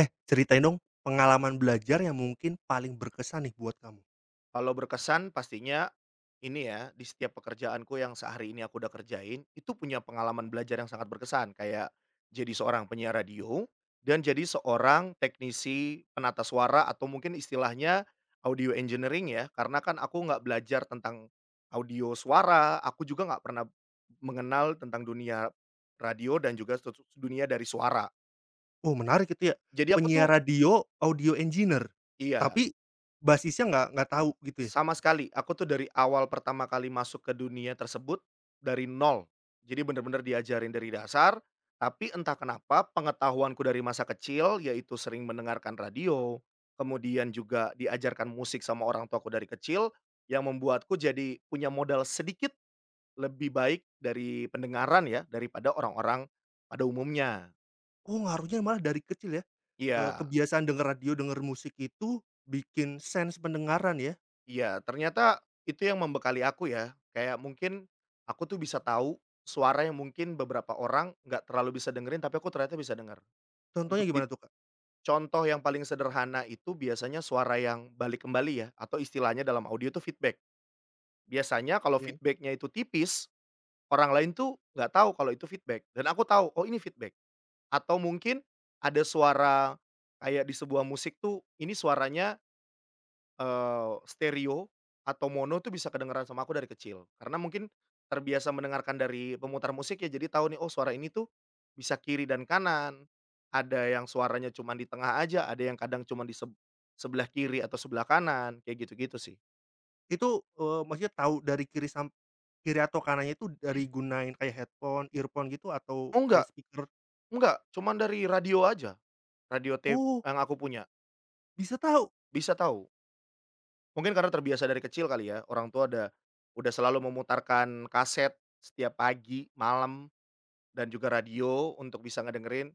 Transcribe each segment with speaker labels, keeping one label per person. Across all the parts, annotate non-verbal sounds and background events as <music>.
Speaker 1: Eh, ceritain dong pengalaman belajar yang mungkin paling berkesan nih buat kamu.
Speaker 2: Kalau berkesan pastinya ini ya, di setiap pekerjaanku yang sehari ini aku udah kerjain, itu punya pengalaman belajar yang sangat berkesan, kayak jadi seorang penyiar radio dan jadi seorang teknisi penata suara atau mungkin istilahnya audio engineering ya, karena kan aku nggak belajar tentang audio suara, aku juga nggak pernah mengenal tentang dunia radio dan juga dunia dari suara.
Speaker 1: Oh, menarik itu ya,
Speaker 2: Jadi aku tuh
Speaker 1: penyiar radio, audio engineer,
Speaker 2: Iya.
Speaker 1: tapi basisnya nggak tahu gitu ya?
Speaker 2: Sama sekali, aku tuh dari awal pertama kali masuk ke dunia tersebut, dari nol. Jadi bener-bener diajarin dari dasar, tapi entah kenapa pengetahuanku dari masa kecil, yaitu sering mendengarkan radio, kemudian juga diajarkan musik sama orang tuaku dari kecil, yang membuatku jadi punya modal sedikit lebih baik dari pendengaran ya, daripada orang-orang pada umumnya.
Speaker 1: Oh, ngaruhnya malah dari kecil ya,
Speaker 2: Iya.
Speaker 1: kebiasaan denger radio, denger musik itu bikin sense pendengaran ya?
Speaker 2: Iya, ternyata itu yang membekali aku ya, kayak mungkin aku tuh bisa tahu suara yang mungkin beberapa orang nggak terlalu bisa dengerin, tapi aku ternyata bisa denger.
Speaker 1: Contohnya
Speaker 2: Untuk di
Speaker 1: gimana tuh, Kak?
Speaker 2: contoh yang paling sederhana itu biasanya suara yang balik kembali ya, atau istilahnya dalam audio itu feedback. Biasanya kalau
Speaker 1: Oke.
Speaker 2: feedbacknya itu tipis, orang lain tuh nggak tahu kalau itu feedback, dan aku tahu, "Oh, ini feedback." Atau mungkin ada suara kayak di sebuah musik tuh, ini suaranya stereo atau mono tuh bisa kedengeran sama aku dari kecil, karena mungkin terbiasa mendengarkan dari pemutar musik ya, jadi tahu nih, oh suara ini tuh bisa kiri dan kanan, ada yang suaranya cuma di tengah aja, ada yang kadang cuma di sebelah kiri atau sebelah kanan, kayak gitu-gitu sih.
Speaker 1: Itu, maksudnya tahu dari kiri atau kanannya itu dari gunain kayak headphone, earphone gitu atau
Speaker 2: Oh,
Speaker 1: kayak
Speaker 2: enggak
Speaker 1: speaker?
Speaker 2: enggak, cuman dari radio aja, radio tape
Speaker 1: Oh,
Speaker 2: yang aku punya,
Speaker 1: bisa tahu?
Speaker 2: bisa tahu. Mungkin karena terbiasa dari kecil kali ya, orang tua ada udah selalu memutarkan kaset setiap pagi, malam. Dan juga radio untuk bisa ngedengerin,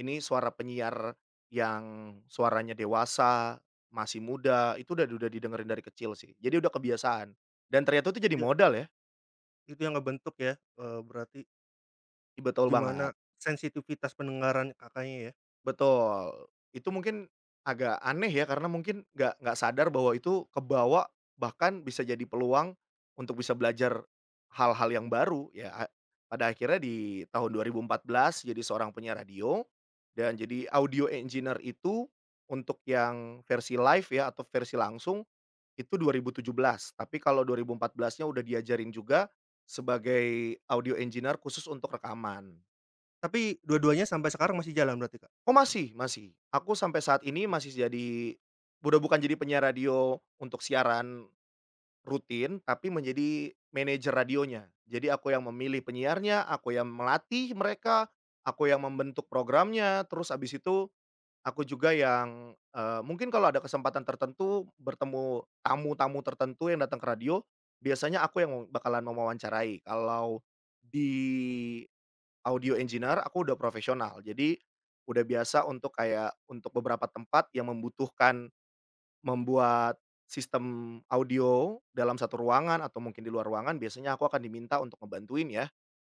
Speaker 2: ini suara penyiar yang suaranya dewasa, masih muda, itu udah didengerin dari kecil sih. Jadi udah kebiasaan, dan ternyata itu jadi
Speaker 1: Ya,
Speaker 2: modal ya.
Speaker 1: itu yang ngebentuk ya, berarti
Speaker 2: Ih, betul
Speaker 1: gimana
Speaker 2: banget.
Speaker 1: sensitivitas pendengaran Kakaknya ya.
Speaker 2: Betul, itu mungkin agak aneh ya karena mungkin nggak sadar bahwa itu kebawa, bahkan bisa jadi peluang untuk bisa belajar hal-hal yang baru ya, pada akhirnya di tahun 2014 jadi seorang penyiar radio dan jadi audio engineer itu untuk yang versi live ya, atau versi langsung itu 2017. Tapi kalau 2014-nya udah diajarin juga sebagai audio engineer khusus untuk rekaman.
Speaker 1: Tapi dua-duanya sampai sekarang masih jalan berarti, Kak?
Speaker 2: Oh, masih, masih. Aku sampai saat ini masih jadi udah bukan jadi penyiar radio untuk siaran rutin, tapi menjadi manajer radionya. Jadi aku yang memilih penyiarnya, aku yang melatih mereka, aku yang membentuk programnya, terus abis itu aku juga yang, mungkin kalau ada kesempatan tertentu bertemu tamu-tamu tertentu yang datang ke radio, biasanya aku yang bakalan mewawancarai. Kalau di Audio engineer aku udah profesional. Jadi, udah biasa untuk beberapa tempat yang membutuhkan membuat sistem audio dalam satu ruangan atau mungkin di luar ruangan, biasanya aku akan diminta untuk ngebantuin ya.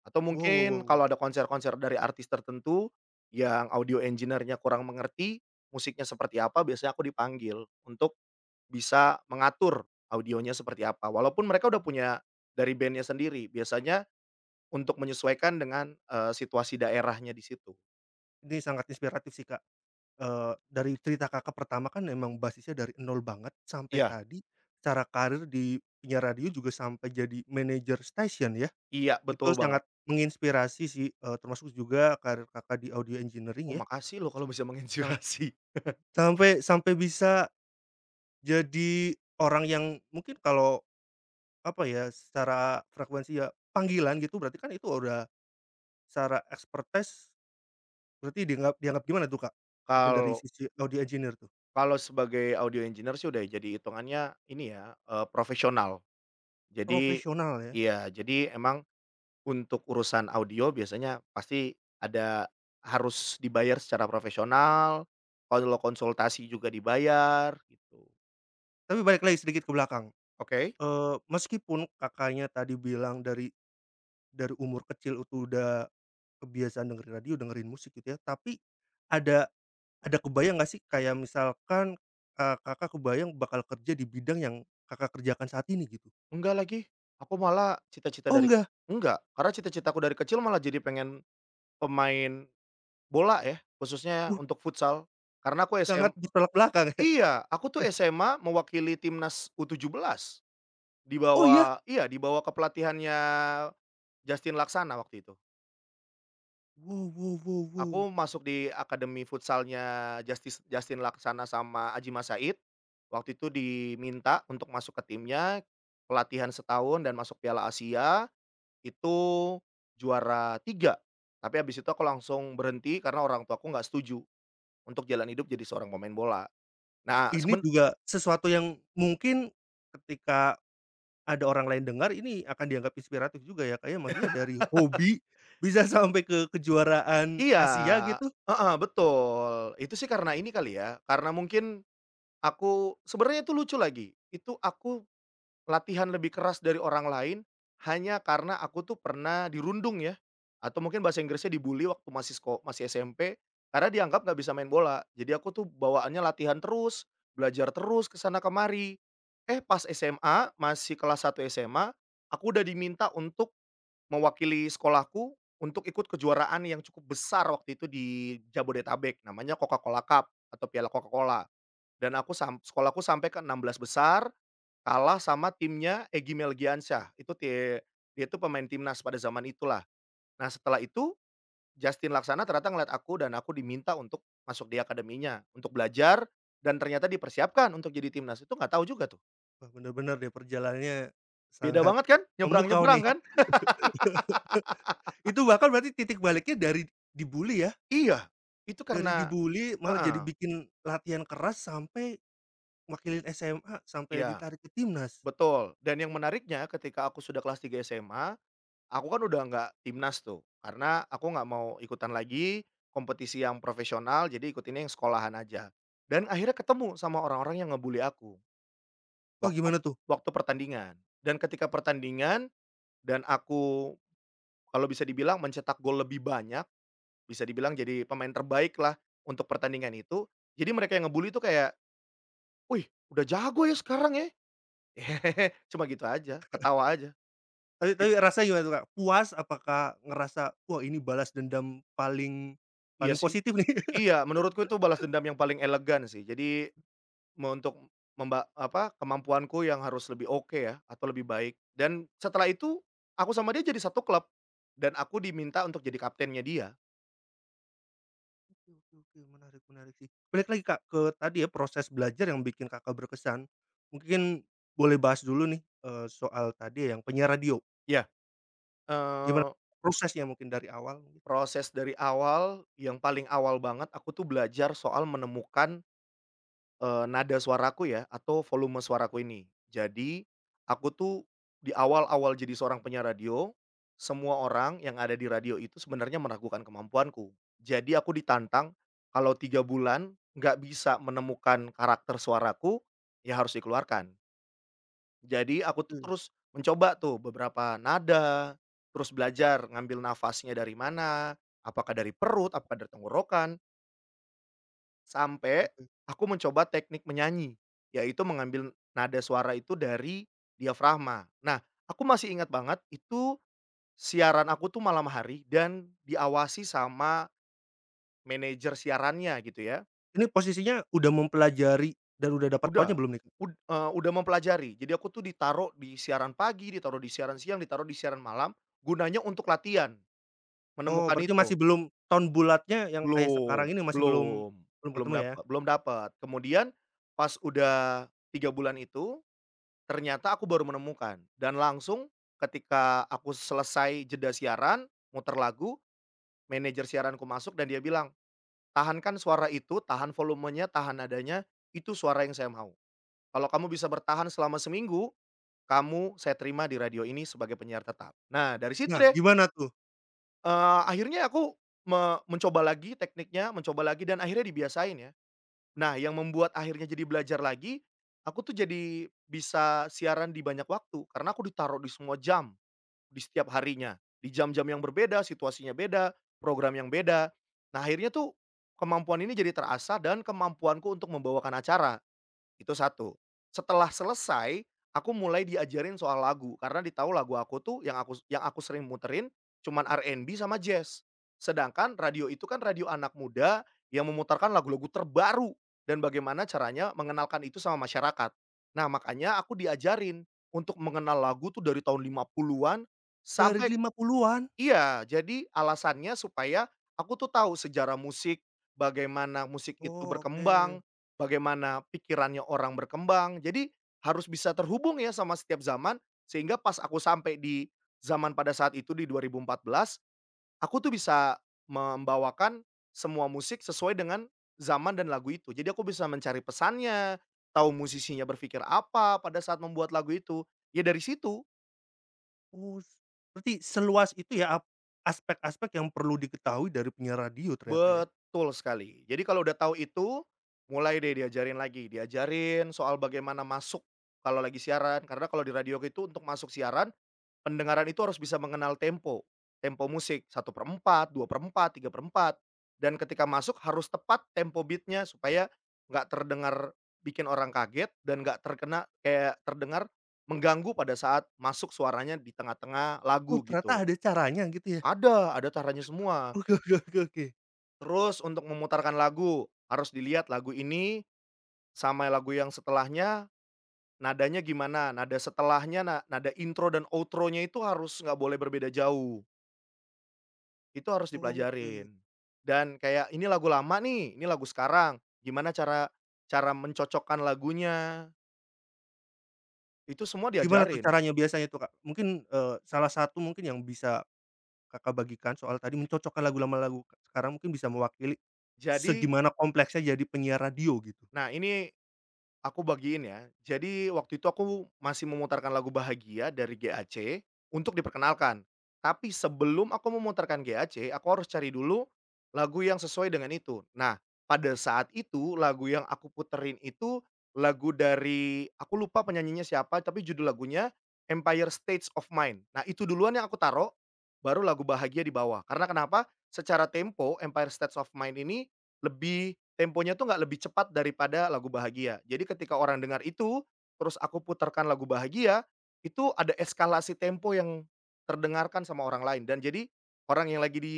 Speaker 2: Atau
Speaker 1: Wow wow wow
Speaker 2: mungkin
Speaker 1: wow,
Speaker 2: kalau ada konser-konser dari artis tertentu yang audio engineer-nya kurang mengerti musiknya seperti apa, biasanya aku dipanggil untuk bisa mengatur audionya seperti apa. Walaupun mereka udah punya dari bandnya sendiri, biasanya untuk menyesuaikan dengan, situasi daerahnya di situ.
Speaker 1: ini sangat inspiratif sih, Kak. Dari cerita Kakak pertama kan emang basisnya dari nol banget sampai
Speaker 2: Iya.
Speaker 1: tadi cara karir di penyiar radio juga sampai jadi manajer stasiun ya.
Speaker 2: Iya, betul
Speaker 1: Itu
Speaker 2: banget.
Speaker 1: sangat menginspirasi sih, termasuk juga karir Kakak di audio
Speaker 2: Oh,
Speaker 1: engineering ya.
Speaker 2: makasih loh kalau bisa <laughs>
Speaker 1: Sam
Speaker 2: menginspirasi.
Speaker 1: sampai sampai bisa jadi orang yang mungkin kalau apa ya, secara frekuensi ya panggilan gitu berarti kan itu udah secara expertise berarti dianggap dianggap gimana tuh, Kak? Mungkin dari
Speaker 2: Kalau
Speaker 1: sisi audio engineer tuh?
Speaker 2: kalau sebagai audio engineer sih udah jadi hitungannya ini ya, profesional. Jadi
Speaker 1: Profesional ya.
Speaker 2: iya, jadi emang untuk urusan audio biasanya pasti ada harus dibayar secara profesional, kalau konsultasi juga dibayar, gitu.
Speaker 1: Tapi balik lagi sedikit ke belakang,
Speaker 2: Oke,
Speaker 1: meskipun Kakaknya tadi bilang dari umur kecil itu udah kebiasaan dengerin radio, dengerin musik gitu ya, tapi ada ada kebayang nggak sih kayak misalkan, Kakak kebayang bakal kerja di bidang yang Kakak kerjakan saat ini gitu?
Speaker 2: enggak lagi, aku malah cita-cita
Speaker 1: Oh
Speaker 2: dari
Speaker 1: enggak?
Speaker 2: enggak, karena cita-citaku dari kecil malah jadi pengen pemain bola ya, khususnya
Speaker 1: Uh,
Speaker 2: untuk futsal. Karena aku
Speaker 1: sangat
Speaker 2: SM
Speaker 1: bertolak belakang ya?
Speaker 2: Iya, aku tuh
Speaker 1: <laughs>
Speaker 2: SMA mewakili timnas U17,
Speaker 1: Oh iya.
Speaker 2: dibawa, iya, dibawa ke pelatihannya Justin Laksana waktu itu.
Speaker 1: Wow wow wow wow.
Speaker 2: Aku masuk di akademi futsalnya Justin Laksana sama Aji Mas Said. Waktu itu diminta untuk masuk ke timnya, pelatihan setahun dan masuk Piala Asia, itu juara 3. Tapi habis itu aku langsung berhenti karena orang tuaku nggak setuju. Untuk jalan hidup jadi seorang pemain bola. Nah,
Speaker 1: Ini
Speaker 2: seben
Speaker 1: juga sesuatu yang mungkin ketika ada orang lain dengar ini akan dianggap inspiratif juga ya, Kak, ya? Maksudnya dari hobi bisa <laughs> sampai ke kejuaraan
Speaker 2: Iya,
Speaker 1: Asia gitu.
Speaker 2: heeh, betul. Itu sih karena ini kali ya, karena mungkin aku sebenarnya itu lucu lagi, itu aku latihan lebih keras dari orang lain hanya karena aku tuh pernah dirundung ya, atau mungkin bahasa Inggrisnya dibully waktu masih SMP, karena dianggap nggak bisa main bola. Jadi aku tuh bawaannya latihan terus, belajar terus ke sana kemari. Eh, pas SMA, masih kelas satu SMA, aku udah diminta untuk mewakili sekolahku untuk ikut kejuaraan yang cukup besar waktu itu di Jabodetabek, namanya Coca-Cola Cup atau Piala Coca-Cola, dan aku sam sekolahku sampai ke 16 besar, kalah sama timnya Egy Melgiansyah, itu ti dia itu pemain timnas pada zaman itulah. Nah, setelah itu Justin Laksana ternyata ngeliat aku dan aku diminta untuk masuk di akademinya, untuk belajar dan ternyata dipersiapkan untuk jadi timnas, itu nggak tahu juga tuh.
Speaker 1: Wah, bener-bener deh perjalanannya
Speaker 2: Beda
Speaker 1: sangat
Speaker 2: banget kan?
Speaker 1: memukau
Speaker 2: Nyebrang-nyebrang
Speaker 1: nih.
Speaker 2: kan?
Speaker 1: <laughs> Itu bahkan berarti titik baliknya dari dibully ya?
Speaker 2: Iya, itu
Speaker 1: Dari
Speaker 2: karena,
Speaker 1: dibully malah
Speaker 2: heeh,
Speaker 1: jadi bikin latihan keras sampai wakilin SMA, sampai
Speaker 2: iya.
Speaker 1: ditarik ke timnas.
Speaker 2: Betul, dan yang menariknya ketika aku sudah kelas 3 SMA, aku kan udah nggak timnas tuh, karena aku nggak mau ikutan lagi kompetisi yang profesional, jadi ikutinnya yang sekolahan aja. Dan akhirnya ketemu sama orang-orang yang ngebully aku,
Speaker 1: Oh
Speaker 2: waktu
Speaker 1: gimana tuh?
Speaker 2: waktu pertandingan. Dan ketika pertandingan dan aku kalau bisa dibilang mencetak gol lebih banyak, bisa dibilang jadi pemain terbaik lah untuk pertandingan itu. Jadi mereka yang ngebully tuh kayak, "Wih, udah jago ya sekarang ya?" <laughs> Cuma gitu aja, ketawa aja.
Speaker 1: Tapi
Speaker 2: It
Speaker 1: tapi rasanya gimana tuh, Kak? Puas? Apakah ngerasa, "Wah, ini balas dendam paling
Speaker 2: iya
Speaker 1: paling
Speaker 2: sih.
Speaker 1: positif nih?" <laughs>
Speaker 2: Iya, menurutku itu balas dendam yang paling elegan sih. Jadi me untuk memba apa, kemampuanku yang harus lebih oke ya, atau lebih baik. Dan setelah itu, aku sama dia jadi satu klub, dan aku diminta untuk jadi kaptennya dia.
Speaker 1: Oke oke oke, menarik menarik sih. Balik lagi, Kak, ke tadi ya, proses belajar yang bikin Kakak berkesan. Mungkin boleh bahas dulu nih, soal tadi ya, yang penyiar radio.
Speaker 2: Ya,
Speaker 1: Gimana
Speaker 2: eee,
Speaker 1: prosesnya mungkin dari awal mungkin?
Speaker 2: proses dari awal, yang paling awal banget aku tuh belajar soal menemukan nada suaraku ya, atau volume suaraku ini. Jadi, aku tuh di awal-awal jadi seorang penyiar radio, semua orang yang ada di radio itu sebenarnya meragukan kemampuanku. Jadi aku ditantang kalau 3 bulan nggak bisa menemukan karakter suaraku, ya harus dikeluarkan. Jadi aku tuh
Speaker 1: Oke
Speaker 2: terus mencoba tuh beberapa nada, terus belajar ngambil nafasnya dari mana, apakah dari perut, apakah dari tenggorokan. Sampai
Speaker 1: oke.
Speaker 2: aku mencoba teknik menyanyi, yaitu mengambil nada suara itu dari diafragma. Nah, aku masih ingat banget itu siaran aku tuh malam hari dan diawasi sama manajer siarannya gitu ya.
Speaker 1: Ini posisinya udah mempelajari dan udah dapat tonnya
Speaker 2: Udah,
Speaker 1: belum nih, Kak?
Speaker 2: udah mempelajari. Jadi aku tuh ditaruh di siaran pagi, ditaruh di siaran siang, ditaruh di siaran malam, gunanya untuk latihan
Speaker 1: Oh,
Speaker 2: menemukan
Speaker 1: berarti
Speaker 2: itu.
Speaker 1: masih belum ton bulatnya yang kayak
Speaker 2: Belum,
Speaker 1: sekarang ini masih belum
Speaker 2: belum,
Speaker 1: belum
Speaker 2: belum
Speaker 1: ketemu ya?
Speaker 2: dapat belum dapat. Kemudian pas udah 3 bulan itu ternyata aku baru menemukan dan langsung ketika aku selesai jeda siaran, muter lagu, manajer siaranku masuk dan dia bilang, "Tahankan suara itu, tahan volumenya, tahan adanya, itu suara yang saya mau. Kalau kamu bisa bertahan selama seminggu, kamu saya terima di radio ini sebagai penyiar tetap." Nah, dari situ
Speaker 1: Nah,
Speaker 2: deh,
Speaker 1: gimana tuh?
Speaker 2: akhirnya aku mencoba lagi tekniknya, mencoba lagi dan akhirnya dibiasain ya. Nah, yang membuat akhirnya jadi belajar lagi, aku tuh jadi bisa siaran di banyak waktu karena aku ditaruh di semua jam. Di setiap harinya, di jam-jam yang berbeda, situasinya beda, program yang beda. Nah, akhirnya tuh kemampuan ini jadi terasa dan kemampuanku untuk membawakan acara. Itu satu. Setelah selesai, aku mulai diajarin soal lagu, karena di lagu aku tuh yang aku sering muterin cuman R&B sama jazz. Sedangkan radio itu kan radio anak muda yang memutarkan lagu-lagu terbaru dan bagaimana caranya mengenalkan itu sama masyarakat. Nah, makanya aku diajarin untuk mengenal lagu tuh dari tahun 50-an
Speaker 1: Dari
Speaker 2: sampai.
Speaker 1: 50-an?
Speaker 2: Iya, jadi alasannya supaya aku tuh tahu sejarah musik, bagaimana musik itu
Speaker 1: Oh, oke.
Speaker 2: berkembang, bagaimana pikirannya orang berkembang. Jadi harus bisa terhubung ya sama setiap zaman sehingga pas aku sampai di zaman pada saat itu di 2014, aku tuh bisa membawakan semua musik sesuai dengan zaman dan lagu itu. Jadi aku bisa mencari pesannya, tahu musisinya berpikir apa pada saat membuat lagu itu. Ya dari situ.
Speaker 1: Oh, s berarti seluas itu ya aspek-aspek yang perlu diketahui dari penyiar radio ternyata ya?
Speaker 2: Betul sekali. Jadi kalau udah tahu itu, mulai deh diajarin lagi, diajarin soal bagaimana masuk kalau lagi siaran, karena kalau di radio itu untuk masuk siaran, pendengaran itu harus bisa mengenal tempo, tempo musik 1/4, 2/4, 3/4 dan ketika masuk harus tepat tempo beatnya supaya nggak terdengar bikin orang kaget dan nggak terkena kayak terdengar mengganggu pada saat masuk suaranya di tengah-tengah
Speaker 1: Oh,
Speaker 2: lagu
Speaker 1: ternyata
Speaker 2: gitu.
Speaker 1: ada caranya gitu ya?
Speaker 2: Ada caranya semua.
Speaker 1: Oke <laughs> oke oke oke.
Speaker 2: Terus untuk memutarkan lagu, harus dilihat lagu ini sama lagu yang setelahnya nadanya gimana, nada setelahnya, nada intro dan outro-nya itu harus nggak boleh berbeda jauh, itu harus
Speaker 1: Oke.
Speaker 2: dipelajarin. Dan kayak ini lagu lama nih, ini lagu sekarang, gimana cara cara mencocokkan lagunya, itu semua
Speaker 1: Gimana tuh
Speaker 2: diajarin.
Speaker 1: caranya biasanya tuh, Kak? Mungkin, salah satu mungkin yang bisa Kakak bagikan soal tadi mencocokkan lagu lama lagu sekarang mungkin bisa mewakili
Speaker 2: Jadi
Speaker 1: segimana kompleksnya jadi penyiar radio gitu.
Speaker 2: nah ini Aku bagiin ya. Jadi waktu itu aku masih memutarkan lagu Bahagia dari GAC untuk diperkenalkan. Tapi sebelum aku memutarkan GAC, aku harus cari dulu lagu yang sesuai dengan itu. Nah, pada saat itu lagu yang aku puterin itu lagu dari aku lupa penyanyinya siapa, tapi judul lagunya Empire States of Mind. Nah, itu duluan yang aku taruh, baru lagu Bahagia di bawah. Karena kenapa? Secara tempo Empire States of Mind ini lebih Temponya tuh nggak lebih cepat daripada lagu Bahagia. Jadi ketika orang dengar itu, terus aku putarkan lagu Bahagia, itu ada eskalasi tempo yang terdengarkan sama orang lain dan jadi orang yang lagi di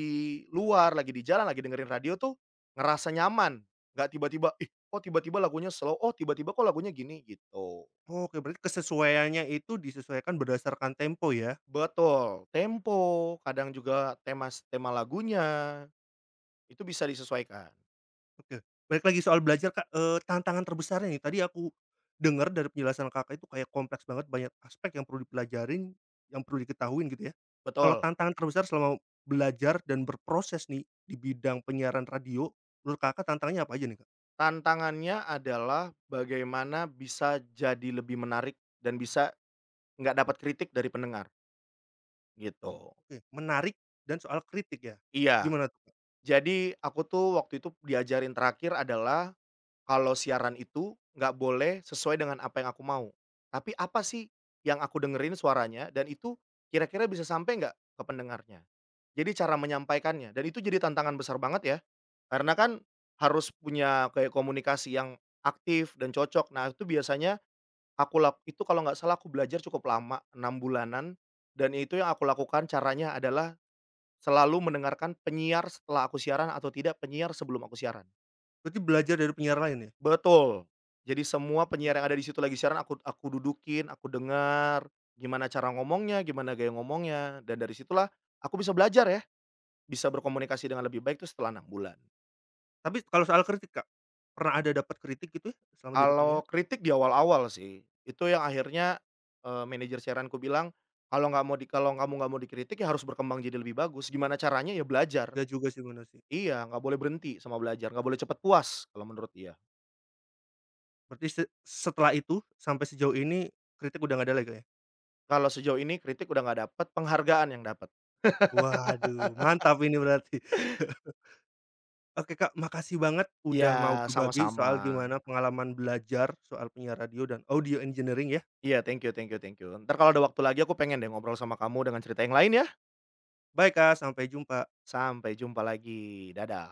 Speaker 2: luar, lagi di jalan, lagi dengerin radio tuh ngerasa nyaman, nggak tiba-tiba, "Ih, kok tiba-tiba lagunya slow? Oh, tiba-tiba kok lagunya gini?" gitu.
Speaker 1: Oke, berarti kesesuaiannya itu disesuaikan berdasarkan tempo ya?
Speaker 2: Betul, tempo, kadang juga tema tema lagunya, itu bisa disesuaikan.
Speaker 1: Oke, balik lagi soal belajar Kak, tantangan terbesarnya nih, tadi aku dengar dari penjelasan Kakak itu kayak kompleks banget, banyak aspek yang perlu dipelajarin, yang perlu diketahuin gitu ya. Kalau
Speaker 2: Betul.
Speaker 1: tantangan terbesar selama belajar dan berproses nih di bidang penyiaran radio, menurut Kakak tantangannya apa aja nih, Kak?
Speaker 2: Tantangannya adalah bagaimana bisa jadi lebih menarik dan bisa nggak dapat kritik dari pendengar, gitu.
Speaker 1: Oke, menarik dan soal kritik ya?
Speaker 2: Iya,
Speaker 1: Gimana tuh, Kak?
Speaker 2: jadi aku tuh waktu itu diajarin terakhir adalah kalau siaran itu nggak boleh sesuai dengan apa yang aku mau. Tapi apa sih yang aku dengerin suaranya dan itu kira-kira bisa sampai nggak ke pendengarnya. Jadi cara menyampaikannya dan itu jadi tantangan besar banget ya, karena kan harus punya kayak komunikasi yang aktif dan cocok. Nah, itu biasanya Aku lak itu kalau nggak salah aku belajar cukup lama, 6 bulanan, dan itu yang aku lakukan caranya adalah selalu mendengarkan penyiar setelah aku siaran atau tidak penyiar sebelum aku siaran.
Speaker 1: Berarti belajar dari penyiar lain ya?
Speaker 2: Betul. Jadi semua penyiar yang
Speaker 1: Mhm.
Speaker 2: ada di situ lagi siaran aku dudukin, aku dengar, gimana cara ngomongnya, gimana gaya ngomongnya, dan dari situlah aku bisa belajar ya, bisa berkomunikasi dengan lebih baik itu setelah 6 bulan.
Speaker 1: Tapi kalau soal kritik Kak, pernah ada dapat kritik gitu ya selama jadi penyiar?
Speaker 2: Kalau kritik di awal-awal sih, itu yang akhirnya, manajer siaranku bilang, Kalau kamu nggak mau dikritik ya harus berkembang jadi lebih bagus, gimana caranya? Ya belajar."
Speaker 1: Nggak juga sih bener sih.
Speaker 2: Iya, nggak boleh berhenti sama belajar, nggak boleh cepet puas kalau menurut dia.
Speaker 1: Berarti setelah itu sampai sejauh ini kritik udah nggak ada lagi, Kak, ya?
Speaker 2: Kalau sejauh ini kritik udah nggak dapet, penghargaan yang dapat.
Speaker 1: Waduh, mantap ini berarti. <laughs> Oke, Kak, makasih banget
Speaker 2: Iya,
Speaker 1: udah mau berbagi
Speaker 2: sama-sama.
Speaker 1: soal gimana pengalaman belajar soal penyiar radio dan audio engineering ya.
Speaker 2: Iya, thank you, thank you, thank you. Ntar kalau ada waktu lagi aku pengen deh ngobrol sama kamu dengan cerita yang lain ya.
Speaker 1: Bye, Kak, sampai jumpa.
Speaker 2: Sampai jumpa lagi, dadah.